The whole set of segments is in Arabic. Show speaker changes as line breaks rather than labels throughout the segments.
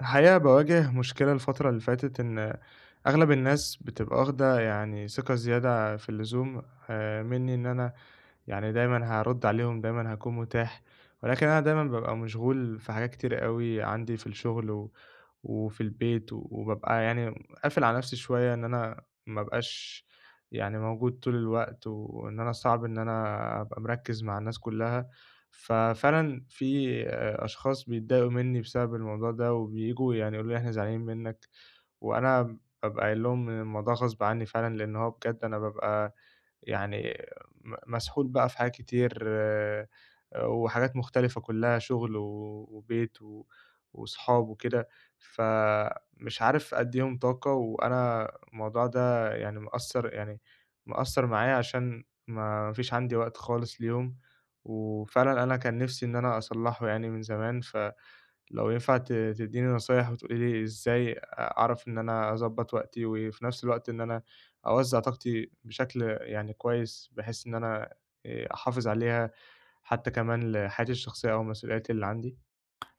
الحقيقة باواجه مشكلة الفترة اللي فاتت إن أغلب الناس بتبقى واخدة ثقة زيادة في اللزوم، مني إن أنا دايما هرد عليهم، دايما هكون متاح. ولكن أنا دايما ببقى مشغول في حاجات كتير قوي عندي في الشغل وفي البيت وببقى قافل على نفسي شوية، إن أنا مبقاش موجود طول الوقت، وإن أنا صعب إن أنا أبقى مركز مع الناس كلها. ففعلا في أشخاص بيتضايقوا منّي بسبب الموضوع ده، وبييجوا يقولوا لي إحنا زعلانين منّك، وأنا بابقى قايل لهم إن الموضوع غصب عنّي فعلًا، لإن هو بجد أنا بابقى يعني مسحول بقى في حاجات كتير. وحاجات مختلفة كلّها شغل و وبيت و وصحاب وكده، فمش عارف أدّيهم طاقة، وأنا الموضوع ده يعني مأثّر معايا عشان ما فيش عندي وقت خالص ليهم. وفعلًا أنا كان نِفْسي إن أنا أصلّحه يعني من زمان، ف لو ينفع تدّيني نصايح وتقولي لي إزاي أعرف إن أنا أضبّط وقتي، وفي نفس الوقت إن أنا أوزّع طاقتي بشكل يعني كويس، بحيث إن أنا أحافظ عليها حتى كمان لحياتي الشخصية أو مسؤولياتي اللي عندي.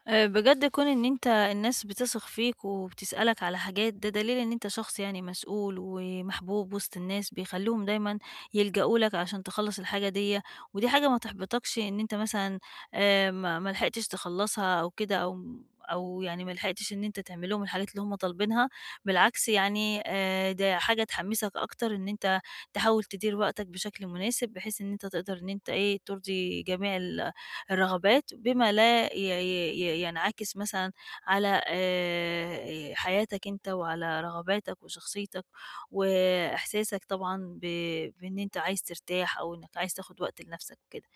بجد كون إن أنت الناس بتثق فيك وبتسألك على حاجات، ده دليل إن أنت شخص يعني مسؤول ومحبوب وسط الناس، بيخلّوهم دايمًا يلجأوا لك عشان تخلّص الحاجة ديّة، ودي حاجة ما تحبطكش إن أنت مثلًا ما لحقتش تخلّصها أو كده أو يعني ما لحقتش إن أنت تعمل لهم الحاجات اللي هُم طالبينها، بالعكس يعني ده حاجة تحمّسك أكتر إن أنت تحاول تدير وقتك بشكل مناسب، بحيث إن أنت تقدر إن أنت إيه، ترضي جميع الرغبات، بما لا ينعكس مثلًا على حياتك أنت وعلى رغباتك وشخصيتك، وإحساسك طبعًا بإن أنت عايز ترتاح أو إنك عايز تاخد وقت لنفسك وكده.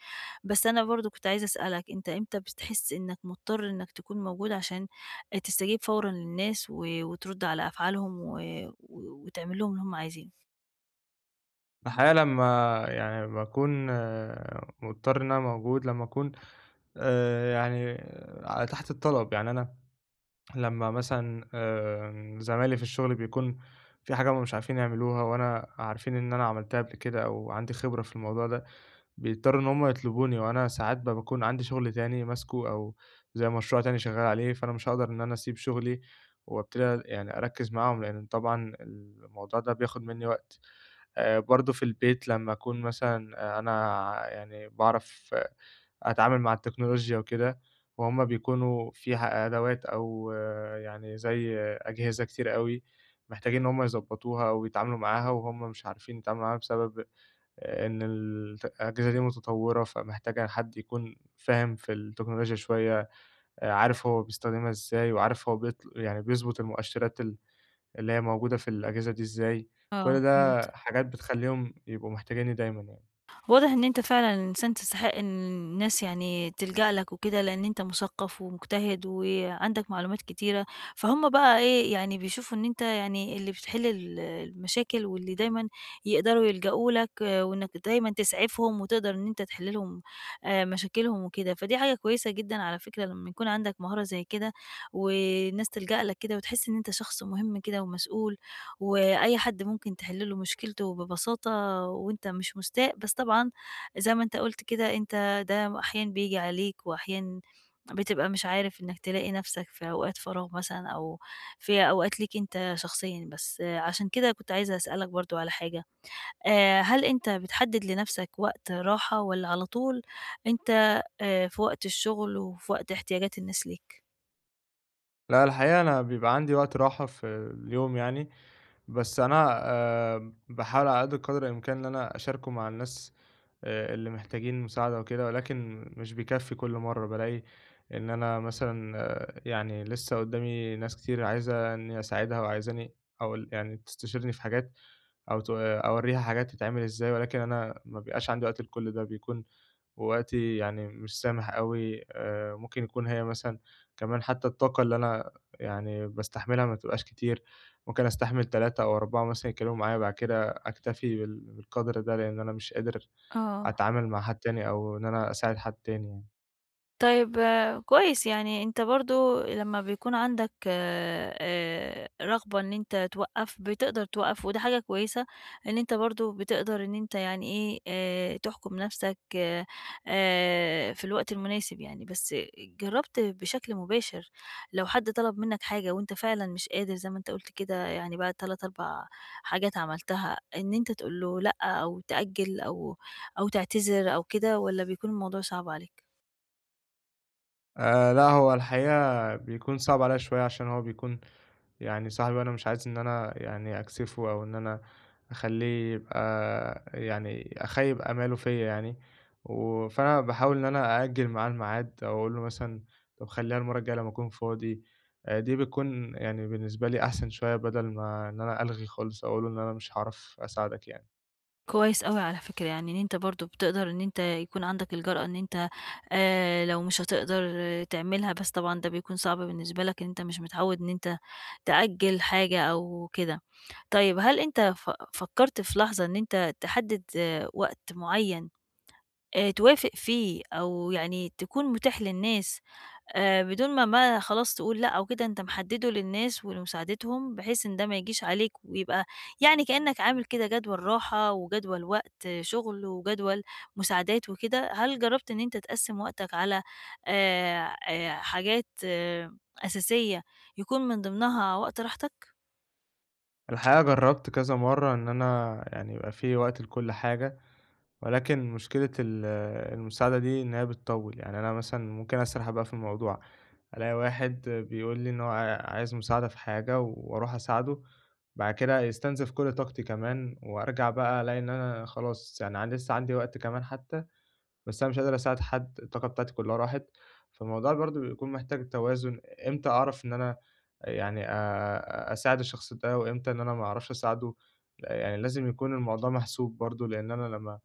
بس أنا برضه كنت عايزة أسألك، أنت إمتى بتحس إنك مضطر إنك تكون موجود عشان تستجيب فورًا للناس و وترد على أفعالهم و و وتعمل لهم اللي هم عايزينه؟
الحقيقة لمّا باكون مضطر إن أنا موجود، لمّا أكون آآ يعني ع تحت الطلب، يعني أنا لمّا مثلًا زمايلي في الشغل بيكون في حاجة هُم مش عارفين يعملوها وأنا عارفين إن أنا عملتها قبل كده أو عندي خبرة في الموضوع ده، بيضطروا إن هم يطلبوني، وأنا ساعات باكون عندي شغل تاني ماسكه، أو زي مشروع تاني شغّال عليه، فأنا مش هاقدر إن أنا أسيب شغلي وابتدي أركّز معاهم، لإن طبعًا الموضوع ده بياخد منّي وقت. برضه في البيت لمّا أكون مثلًا، أنا باعرف أتعامل مع التكنولوجيا وكده، وهُم بيكونوا في ح أدوات أو، آه، يعني زي آه، أجهزة كتير أوي محتاجين إن هم يضبّطوها أو يتعاملوا معاها، وهُم مش عارفين يتعاملوا معاها بسبب إن الأجهزة دي متطوّرة، فمحتاجة حد يكون فاهم في التكنولوجيا شوية، عارف هو بيستخدمها إزاي، وعارف هو بيط يعني بيضبط المؤشرات اللي هي موجودة في الأجهزة دي إزاي.
آه
كل ده
فهمت.
حاجات بتخلّيهم يبقوا محتاجينّي دايمًا يعني.
واضح إن أنت فعلًا إنسان تستحق إن الناس يعني تلجأ لك وكده، لإن أنت مثقف ومجتهد وعندك معلومات كتيرة، فهُم بقى إيه، يعني بيشوفوا إن أنت يعني اللي بتحل المشاكل واللي دايمًا يقدروا يلجأوا لك، آه، وإنك دايمًا تسعفهم وتقدر إن أنت تحل لهم مشاكلهم وكده، فدي حاجة كويسة جدًا على فكرة لمّا يكون عندك مهارة زي كده، والناس تلجأ لك كده وتحس إن أنت شخص مهم كده ومسؤول، وأي حد ممكن تحل له مشكلته ببساطة وأنت مش مستاء. بس طبعًا زي ما أنت قُلت كده، أنت ده أحيانًا بييجي عليك وأحيانًا بتبقى مش عارف إنّك تلاقي نَفْسك في أوقات فراغ مثلًا أو في أوقات ليك أنت شخصيًا بس، آه، عشان كده كنت عايزة أسألك برضه على حاجة. هل أنت بتحدِّد لنَفْسك وقت راحة والّا على طول أنت في وقت الشغل وفي وقت احتياجات الناس ليك؟
لأ الحقيقة أنا بيبقى عندي وقت راحة في اليوم يعني، بس أنا باحاول على قدر الإمكان إن أنا أشاركه مع الناس اللي محتاجين مساعدة وكده، ولكن مش بيكفّي كل مرّة، بالاقي إن أنا مثلًا، لسه قدّامي ناس كتير عايزة إنّي أساعدها وعايزاني أو ال يعني تستشيرني في حاجات، أو ت آه، أورّيها حاجات تتعمل إزاي، ولكن أنا ما بيبقاش عندي وقت لكل ده، بيكون وقتي يعني مش سامح أوي. ممكن يكون هي مثلًا كمان، حتّى الطاقة اللي أنا باستحملها ما بتبقاش كتير. ممكن أستحمل 3 أو 4 مثلًا يتكلموا معايا، بعد كده أكتفي بالقدر ده، لإن أنا مش قادر
آه.
أتعامل مع حد تاني أو إن أنا أساعد حد تاني يعني.
طيب آه، كويس، يعني أنت برضه لمّا بيكون عندك رغبة إن أنت توقّف، بتقدر توقّف وده حاجة كويسة، إن أنت برضه بتقدر إن أنت يعني إيه، تحكُم نَفْسك في الوقت المناسب يعني. بس جرّبت بشكل مباشر، لو حد طلب منّك حاجة وأنت فعلًا مش قادر زي ما أنت قُلت كده، يعني بعد 3، 4 حاجات عملتها، إن أنت تقول له لأ أو تأجّل أو تعتذر أو كده، والّا بيكون الموضوع صعب عليك؟
لأ، هو الحقيقة بيكون صعب عليّا شوية، عشان هو بيكون صاحبي، أنا مش عايز إن أنا أكسفه أو إن أنا أخلّيه يبقى أخيّب آماله فيّا يعني. فأنا باحاول إن أنا أأجّل معاه الميعاد أو أقول له مثلًا طب خلّيها المرّة الجاية لمّا أكون فاضي. دي بتكون يعني بالنسبة لي أحسن شوية بدل ما إن أنا ألغي خالص أو أقول له إن أنا مش هاعرف أساعدك يعني.
كويس أوي على فكرة، يعني إن أنت برضه بتقدر إن أنت يكون عندك الجرأة إن أنت لو مش هتقدر تعملها، بس طبعًا ده بيكون صعب بالنسبة لك إن أنت مش متعوّد إن أنت تأجّل حاجة أو كده. طيب هل أنت فكّرت في لحظة إن أنت تحدد وقت معيّن توافق فيه أو يعني تكون متاح للناس، بدون ما خلاص تقول لأ أو كده، أنت محدّده للناس ولمساعدتهم، بحيث إن ده ما يجيش عليك ويبقى يعني كإنّك عامل كده جدول راحة وجدول وقت شغل وجدول مساعدات وكده. هل جرّبت إن أنت تقسّم وقتك على حاجات أساسية يكون من ضمنها وقت راحتك؟
الحقيقة جرّبت كذا مرّة إن أنا يعني يبقى في وقت لكل حاجة، ولكن مشكلة المساعدة دي إن هي بتطوّل، يعني أنا مثلًا ممكن أسرح بقى في الموضوع، ألاقي واحد بيقول لي إن هو عايز مساعدة في حاجة، وأروح أساعده، بعد كده يستنزف كل طاقتي كمان، وأرجع بقى ألاقي إن أنا خلاص، يعني عن لسه عندي وقت كمان حتى، بس أنا مش قادر أساعد حد، الطاقة بتاعتي كلها راحت. فالموضوع برضه بيكون محتاج توازن، إمتى أعرف إن أنا أساعد الشخص ده وإمتى إن أنا ما أعرفش أساعده، يعني لازم يكون الموضوع محسوب برضه، لإن أنا لمّا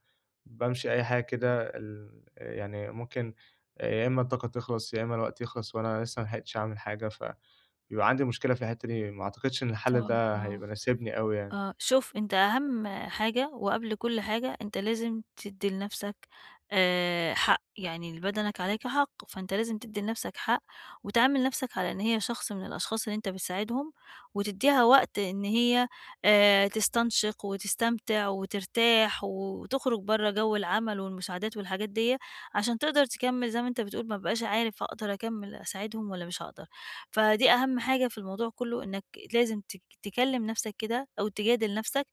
بامشي أي حاجة كده ال يعني ممكن يا إمّا الطاقة تخلص، يا إمّا الوقت يخلص وأنا لسه ما لحقتش أعمل حاجة، فبيبقى عندي مشكلة في الحتّة دي، ما أعتقدش إن الحل
طبعًا
ده
آه.
هيبقى ناسبني أوي يعني.
شوف أنت أهم حاجة وقبل كل حاجة، أنت لازم تدّي لنفسك حق، يعني بدنك عليك حق، فأنت لازم تدّي لنفسك حق، وتعامل نفسك على إن هي شخص من الأشخاص اللي أنت بتساعدهم، وتدّيها وقت إن هي تستنشق وتستمتع وترتاح، وتخرج برّه جو العمل والمساعدات والحاجات ديّة، عشان تقدر تكمّل زي ما أنت بتقول ما بابقاش عارف هاقدر أكمّل أساعدهم والّا مش هاقدر. فدي أهم حاجة في الموضوع كله، إنك لازم تكلم نفسك كده أو تجادل نفسك،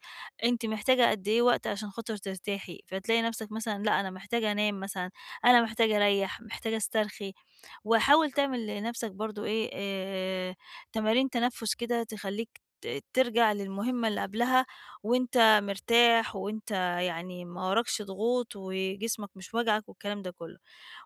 أنتِ محتاجة قد إيه وقت عشان خاطر ترتاحي، فتلاقي نفسك مثلًا لأ أنا محتاجة أنام مثلًا، أنا محتاجة أريّح، محتاجة أسترخي، وحاول تعمل لنفسك برضه إيه، تمارين تنفس كده تخلّيك ترجع للمهمة اللي قبلها وأنت مرتاح وأنت يعني ما وراكش ضغوط وجسمك مش واجعك والكلام ده كله.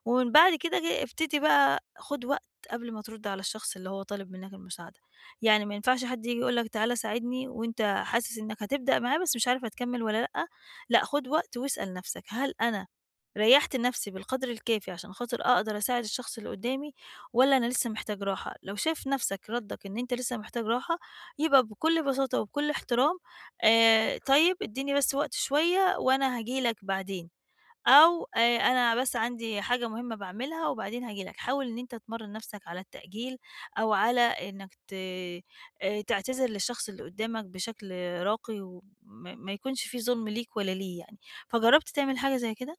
ومن بعد كده ابتدي بقى خُد وقت قبل ما ترُد على الشخص اللي هو طالب منّك المساعدة، يعني ما ينفعش حد ييجي يقول لك تعالَ ساعدني وأنت حاسس إنّك هتبدأ معاه بس مش عارف هتكمّل والّا لأ. لأ خُد وقت واسأل نَفْسك، هل أنا ريّحت نَفْسي بالقدر الكافي عشان خاطر أقدر أساعد الشخص اللي قُدّامي والّا أنا لسه محتاج راحة؟ لو شايف نَفْسك ردّك إن أنت لسه محتاج راحة، يبقى بكل بساطة وبكل احترام طيب ادّيني بس وقت شوية وأنا هاجي لك بعدين. أو أنا بس عندي حاجة مهمة باعملها وبعدين هاجي لك. حاول إن أنت تمرّن نفْسك على التأجيل أو على إنك ت تعتذر للشخص اللي قدّامك بشكل راقي، وما ما يكونش في ظلم ليك ولا ليه يعني، فجرّبت تعمل حاجة زي كده؟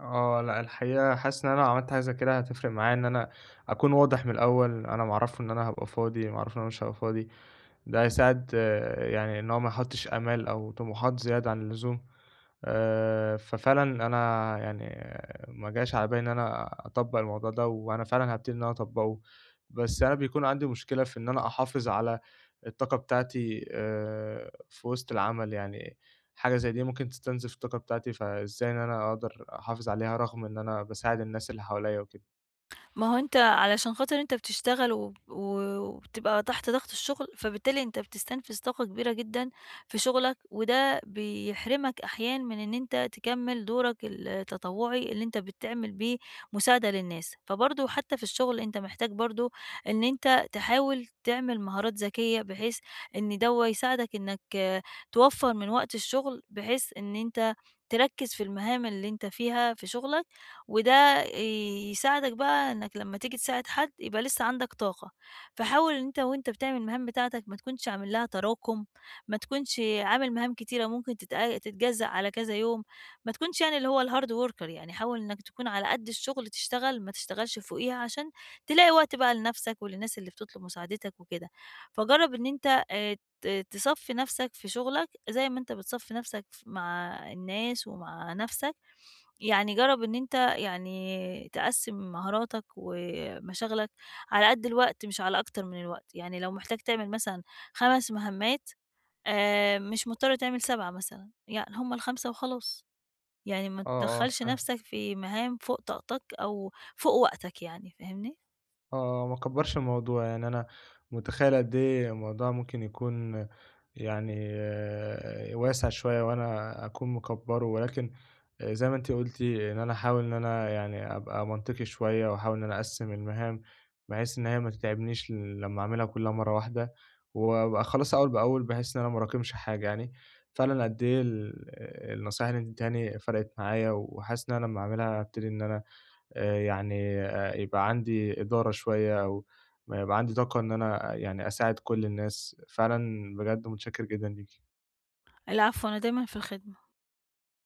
لأ الحقيقة حاسس إن أنا لو عملت حاجة زي كده هتفرق معايا، إن أنا أكون واضح من الأول، أنا معرّفه إن أنا هابقى فاضي، معرّفه إن أنا مش هابقى فاضي. ده هيساعد، إن هو ما يحطّش آمال أو طموحات زيادة عن اللزوم. ففعلًا أنا ما جاش على بالي إن أنا أطبّق الموضوع ده، وأنا فعلًا هابتدي إن أنا أطبّقه. بس أنا بيكون عندي مشكلة في إن أنا أحافظ على الطاقة بتاعتي في وسط العمل، يعني حاجة زي دي ممكن تستنزف الطاقة بتاعتي، فإزاي إن أنا أقدر أحافظ عليها رغم إن أنا باساعد الناس اللي حواليّا وكده؟
ما هو أنت علشان خاطر أنت بتشتغل وبتبقى تحت ضغط الشغل، فبالتالي أنت بتستنفذ طاقة كبيرة جدًا في شغلك، وده بيحرمك أحيان من إن أنت تكمّل دورك التطوعي اللي أنت بتعمل بيه مساعدة للناس، فبرضه حتى في الشغل أنت محتاج برضه إن أنت تحاول تعمل مهارات ذكية، بحيث إن دوّة يساعدك إنك توفّر من وقت الشغل، بحيث إن أنت تركّز في المهام اللي أنت فيها في شغلك، وده ده يساعدك بقى إنك لمّا تيجي تساعد حد يبقى لسه عندك طاقة. فحاول إن أنت وأنت بتعمل المهام بتاعتك ما تكونش عامل لها تراكم، ما تكونش عامل مهام كتيرة ممكن تتجزأ على كذا يوم، ما تكونش يعني اللي هو الhard worker، يعني حاول إنك تكون على قد الشغل تشتغل ما تشتغلش فوقيها عشان تلاقي وقت بقى لنفسك وللناس اللي بتطلب مساعدتك وكده. فجرّب إن أنت ت تصفّي نفسك في شغلك زي ما أنت بتصفّي نفسك مع الناس ومع نفسك. يعني جرّب إن أنت يعني تقسّم مهاراتك ومشاغلك على قد الوقت مش على أكتر من الوقت، يعني لو محتاج تعمل مثلًا 5 مهمّات مش مضطر تعمل 7 مثلًا، يعني هم ال5 وخلاص، يعني ما
آه، آه ف
تدخّلش نَفْسك في مهام فوق طاقتك أو فوق وقتك يعني، فاهمني؟
آه، ما اكبرش الموضوع، يعني أنا متخيل قد إيه الموضوع ممكن يكون واسع شوية وأنا أكون مكبره، ولكن زي ما أنت قلتِ إن أنا أحاول إن أنا أبقى منطقي شوية، وأحاول إن أنا أقسم المهام بحيث إن هي ما تتعبنيش لما أعملها كلها مرة واحدة، وأبقى أخلصها أول بأول بحيث إن أنا ما اراكمش حاجة يعني. فعلًا قد إيه ال آه، النصايح اللي أنتِ اديتيهاني فرقت معايا، وحاسس إن أنا لما أعملها هابتدي إن أنا، يبقى عندي إدارة شوية، أو ما يبقى عندي طاقة إن أنا أساعد كل الناس. فعلًا بجد متشكر جدًا ليكِ.
العفو، أنا دايمًا في الخدمة.